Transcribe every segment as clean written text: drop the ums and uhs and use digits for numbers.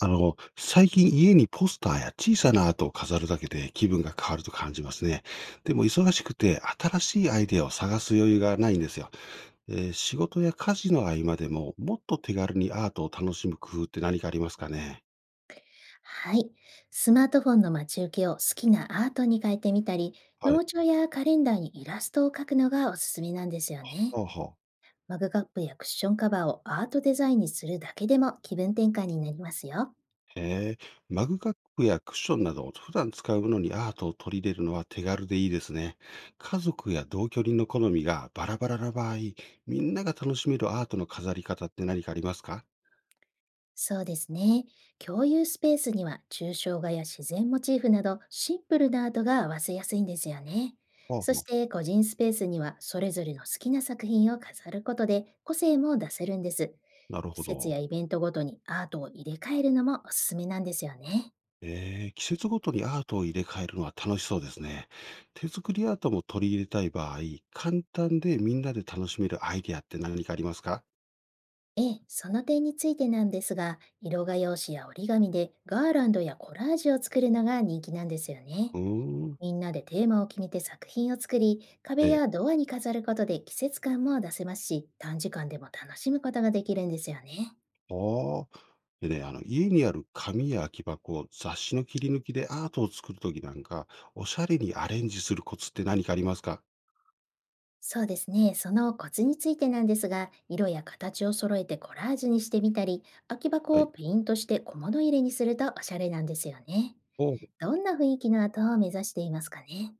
最近家にポスターや小さなアートを飾るだけで気分が変わると感じますね。でも忙しくて新しいアイデアを探す余裕がないんですよ。仕事や家事の合間でももっと手軽にアートを楽しむ工夫って何かありますかね？はい。スマートフォンの待ち受けを好きなアートに変えてみたり、メはい。モ帳やカレンダーにイラストを描くのがおすすめなんですよね。ほうほう。マグカップやクッションカバーをアートデザインにするだけでも気分転換になりますよ。へえ、マグカップやクッションなど普段使うものにアートを取り入れるのは手軽でいいですね。家族や同居人の好みがバラバラな場合、みんなが楽しめるアートの飾り方って何かありますか？そうですね。共有スペースには抽象画や自然モチーフなどシンプルなアートが合わせやすいんですよね。ほうそほしう。て、個人スペースにはそれぞれの好きな作品を飾ることで個性も出せるんです。なる季ほ節ど。やイベントごとにアートを入れ替えるのもおすすめなんですよね。季節ごとにアートを入れ替えるのは楽しそうですね。手作りアートも取り入れたい場合、簡単でみんなで楽しめるアイディアって何かありますか？ええ、その点についてなんですが、色画用紙や折り紙でガーランドやコラージュを作るのが人気なんですよね。うーん。みんなでテーマを決めて作品を作り、え壁え。やドアに飾ることで季節感も出せますし、短時間でも楽しむことができるんですよね。ああ。でね、家にある紙や空き箱を雑誌の切り抜きでアートを作るときなんか、おしゃれにアレンジするコツって何かありますか？そうですね。そのコツについてなんですが、色や形を揃えてコラージュにしてみたり、空きは箱をい。ペイントして小物入れにするとおしゃれなんですよね。お、どんな雰囲気の後を目指していますかね？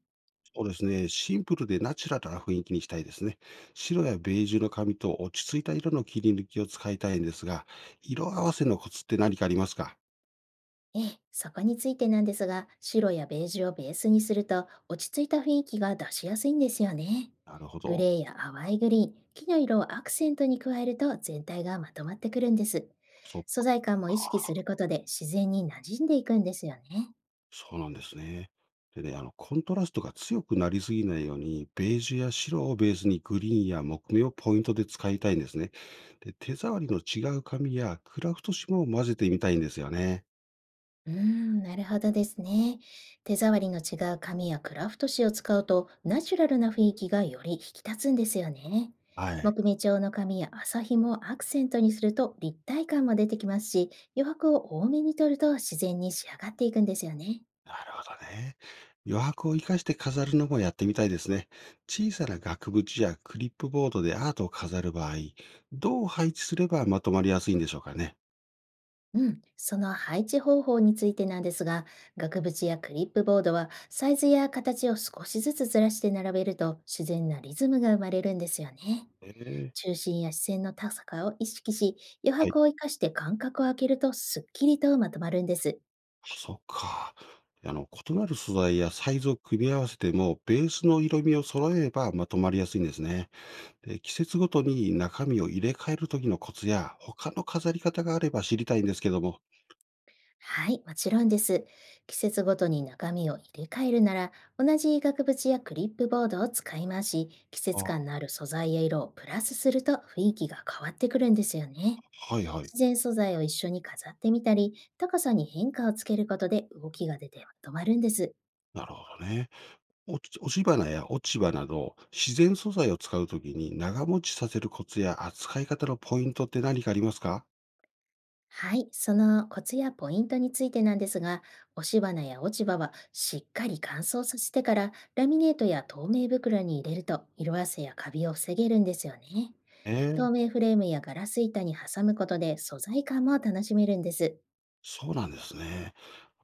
そうですね。シンプルでナチュラルな雰囲気にしたいですね。白やベージュの髪と落ち着いた色の切り抜きを使いたいんですが、色合わせのコツって何かありますか？ええ、そこについてなんですが、白やベージュをベースにすると落ち着いた雰囲気が出しやすいんですよね。なるほグど。レーや淡いグリーン、木の色をアクセントに加えると全体がまとまってくるんです。そっ素材感も意識すか。ることで自然に馴染んでいくんですよね。そうなんですね。でね、コントラストが強くなりすぎないように、ベージュや白をベースにグリーンや木目をポイントで使いたいんですね。で、手触りの違う紙やクラフト紙も混ぜてみたいんですよね。うーん、なるほどですね。手触りの違う紙やクラフト紙を使うと、ナチュラルな雰囲気がより引き立つんですよね。はい。木目調の紙や麻紐をアクセントにすると立体感も出てきますし、余白を多めに取ると自然に仕上がっていくんですよね。なるほどね。余白を生かして飾るのもやってみたいですね。小さな額縁やクリップボードでアートを飾る場合、どう配置すればまとまりやすいんでしょうかね。うん、その配置方法についてなんですが、額縁やクリップボードはサイズや形を少しずつずらして並べると自然なリズムが生まれるんですよね。ええ。中心や視線の高さを意識し、余はい。白を生かして間隔を空けるとすっきりとまとまるんです。そっか。異なる素材やサイズを組み合わせても、ベースの色味を揃えればまとまりやすいんですね。で、季節ごとに中身を入れ替える時のコツや、他の飾り方があれば知りたいんですけども。はい、もちろんです。季節ごとに中身を入れ替えるなら、同じ額縁やクリップボードを使い回し、季節感ああ、のある素材や色をプラスすると雰囲気が変わってくるんですよね。はいはい。自然素材を一緒に飾ってみたり、高さに変化をつけることで動きが出てまとまるんです。なるほどね。落ち花や落ち葉など、自然素材を使うときに長持ちさせるコツや扱い方のポイントって何かありますか？はい、そのコツやポイントについてなんですが、押し花や落ち葉はしっかり乾燥させてから、ラミネートや透明袋に入れると色あせやカビを防げるんですよね。え透え。明フレームやガラス板に挟むことで素材感も楽しめるんです。そうなんですね。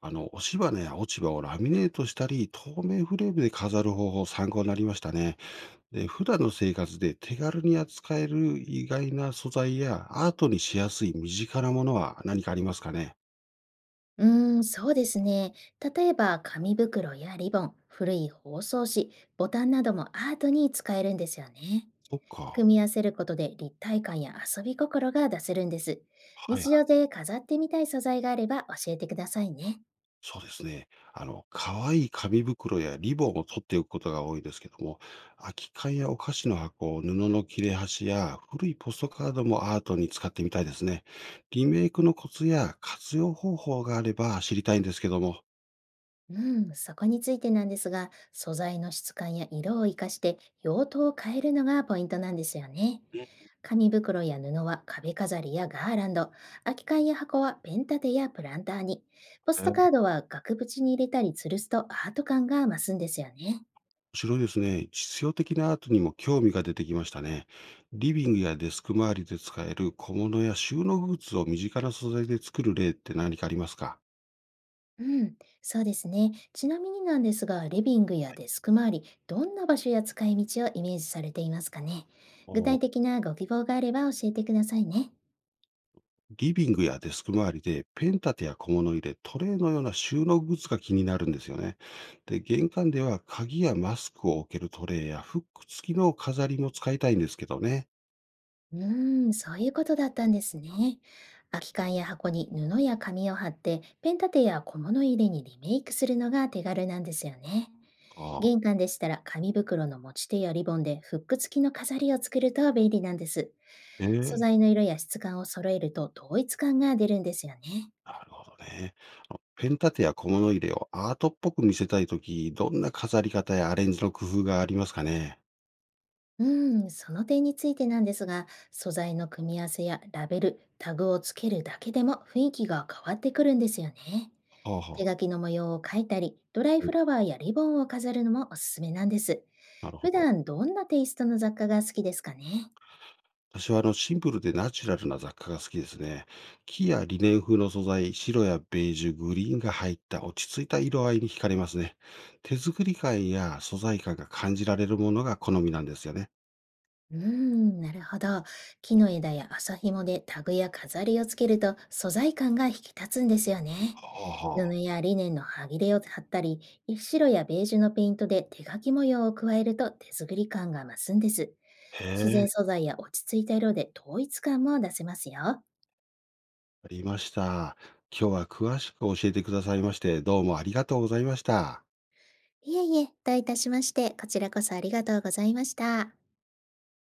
あの、押し花や落ち葉をラミネートしたり、透明フレームで飾る方法参考になりましたね。で、普段の生活で手軽に扱える意外な素材やアートにしやすい身近なものは何かありますかね？うーん、そうですね。例えば紙袋やリボン、古い包装紙、ボタンなどもアートに使えるんですよね。そっか。組み合わせることで立体感や遊び心が出せるんです。はい。日常で飾ってみたい素材があれば教えてくださいね。そうですね。あの、可愛い紙袋やリボンを取っておくことが多いですけども、空き缶やお菓子の箱、布の切れ端や古いポストカードもアートに使ってみたいですね。リメイクのコツや活用方法があれば知りたいんですけども。うん、そこについてなんですが、素材の質感や色を活かして用途を変えるのがポイントなんですよね。うん、紙袋や布は壁飾りやガーランド、空き缶や箱はペン立てやプランターに、ポストカーードは額縁に入れたり吊るすとアート感が増すんですよね。面白いですね。実用的なアートにも興味が出てきましたね。リビングやデスク周りで使える小物や収納グッズを身近な素材で作る例って何かありますか？うん、そうですね。ちなみになんですが、リビングやデスク周り、どんな場所や使い道をイメージされていますかね？具体的なご希望があれば教えてくださいね。リビングやデスク周りでペン立てや小物入れ、トレイのような収納グッズが気になるんですよね。で、玄関では鍵やマスクを置けるトレイやフック付きの飾りも使いたいんですけどね。うーん、そういうことだったんですね。空き缶や箱に布や紙を貼って、ペン立てや小物入れにリメイクするのが手軽なんですよね。ああ、玄関でしたら、紙袋の持ち手やリボンでフック付きの飾りを作ると便利なんです。え素え。材の色や質感を揃えると統一感が出るんですよね。なるほどね。ペン立てや小物入れをアートっぽく見せたいとき、どんな飾り方やアレンジの工夫がありますかね。うーん、その点についてなんですが、素材の組み合わせやラベル、タグをつけるだけでも雰囲気が変わってくるんですよね。はあ手はあ。書きの模様を描いたり、ドライえフえ。ラワーやリボンを飾るのもおすすめなんです。なるほ普ど。段どんなテイストの雑貨が好きですかね？私はシンプルでナチュラルな雑貨が好きですね。木やリネン風の素材、白やベージュ、グリーンが入った落ち着いた色合いに惹かれますね。手作り感や素材感が感じられるものが好みなんですよね。うーん、なるほど。木の枝や麻紐でタグや飾りをつけると素材感が引き立つんですよね。はあはあ。布やリネンの端切れを貼ったり、白やベージュのペイントで手書き模様を加えると手作り感が増すんです。へ自然え、素材や落ち着いた色で統一感も出せますよ。ありました。今日は詳しく教えてくださいまして、どうもありがとうございました。いえいえ、どういたしまして、こちらこそありがとうございました。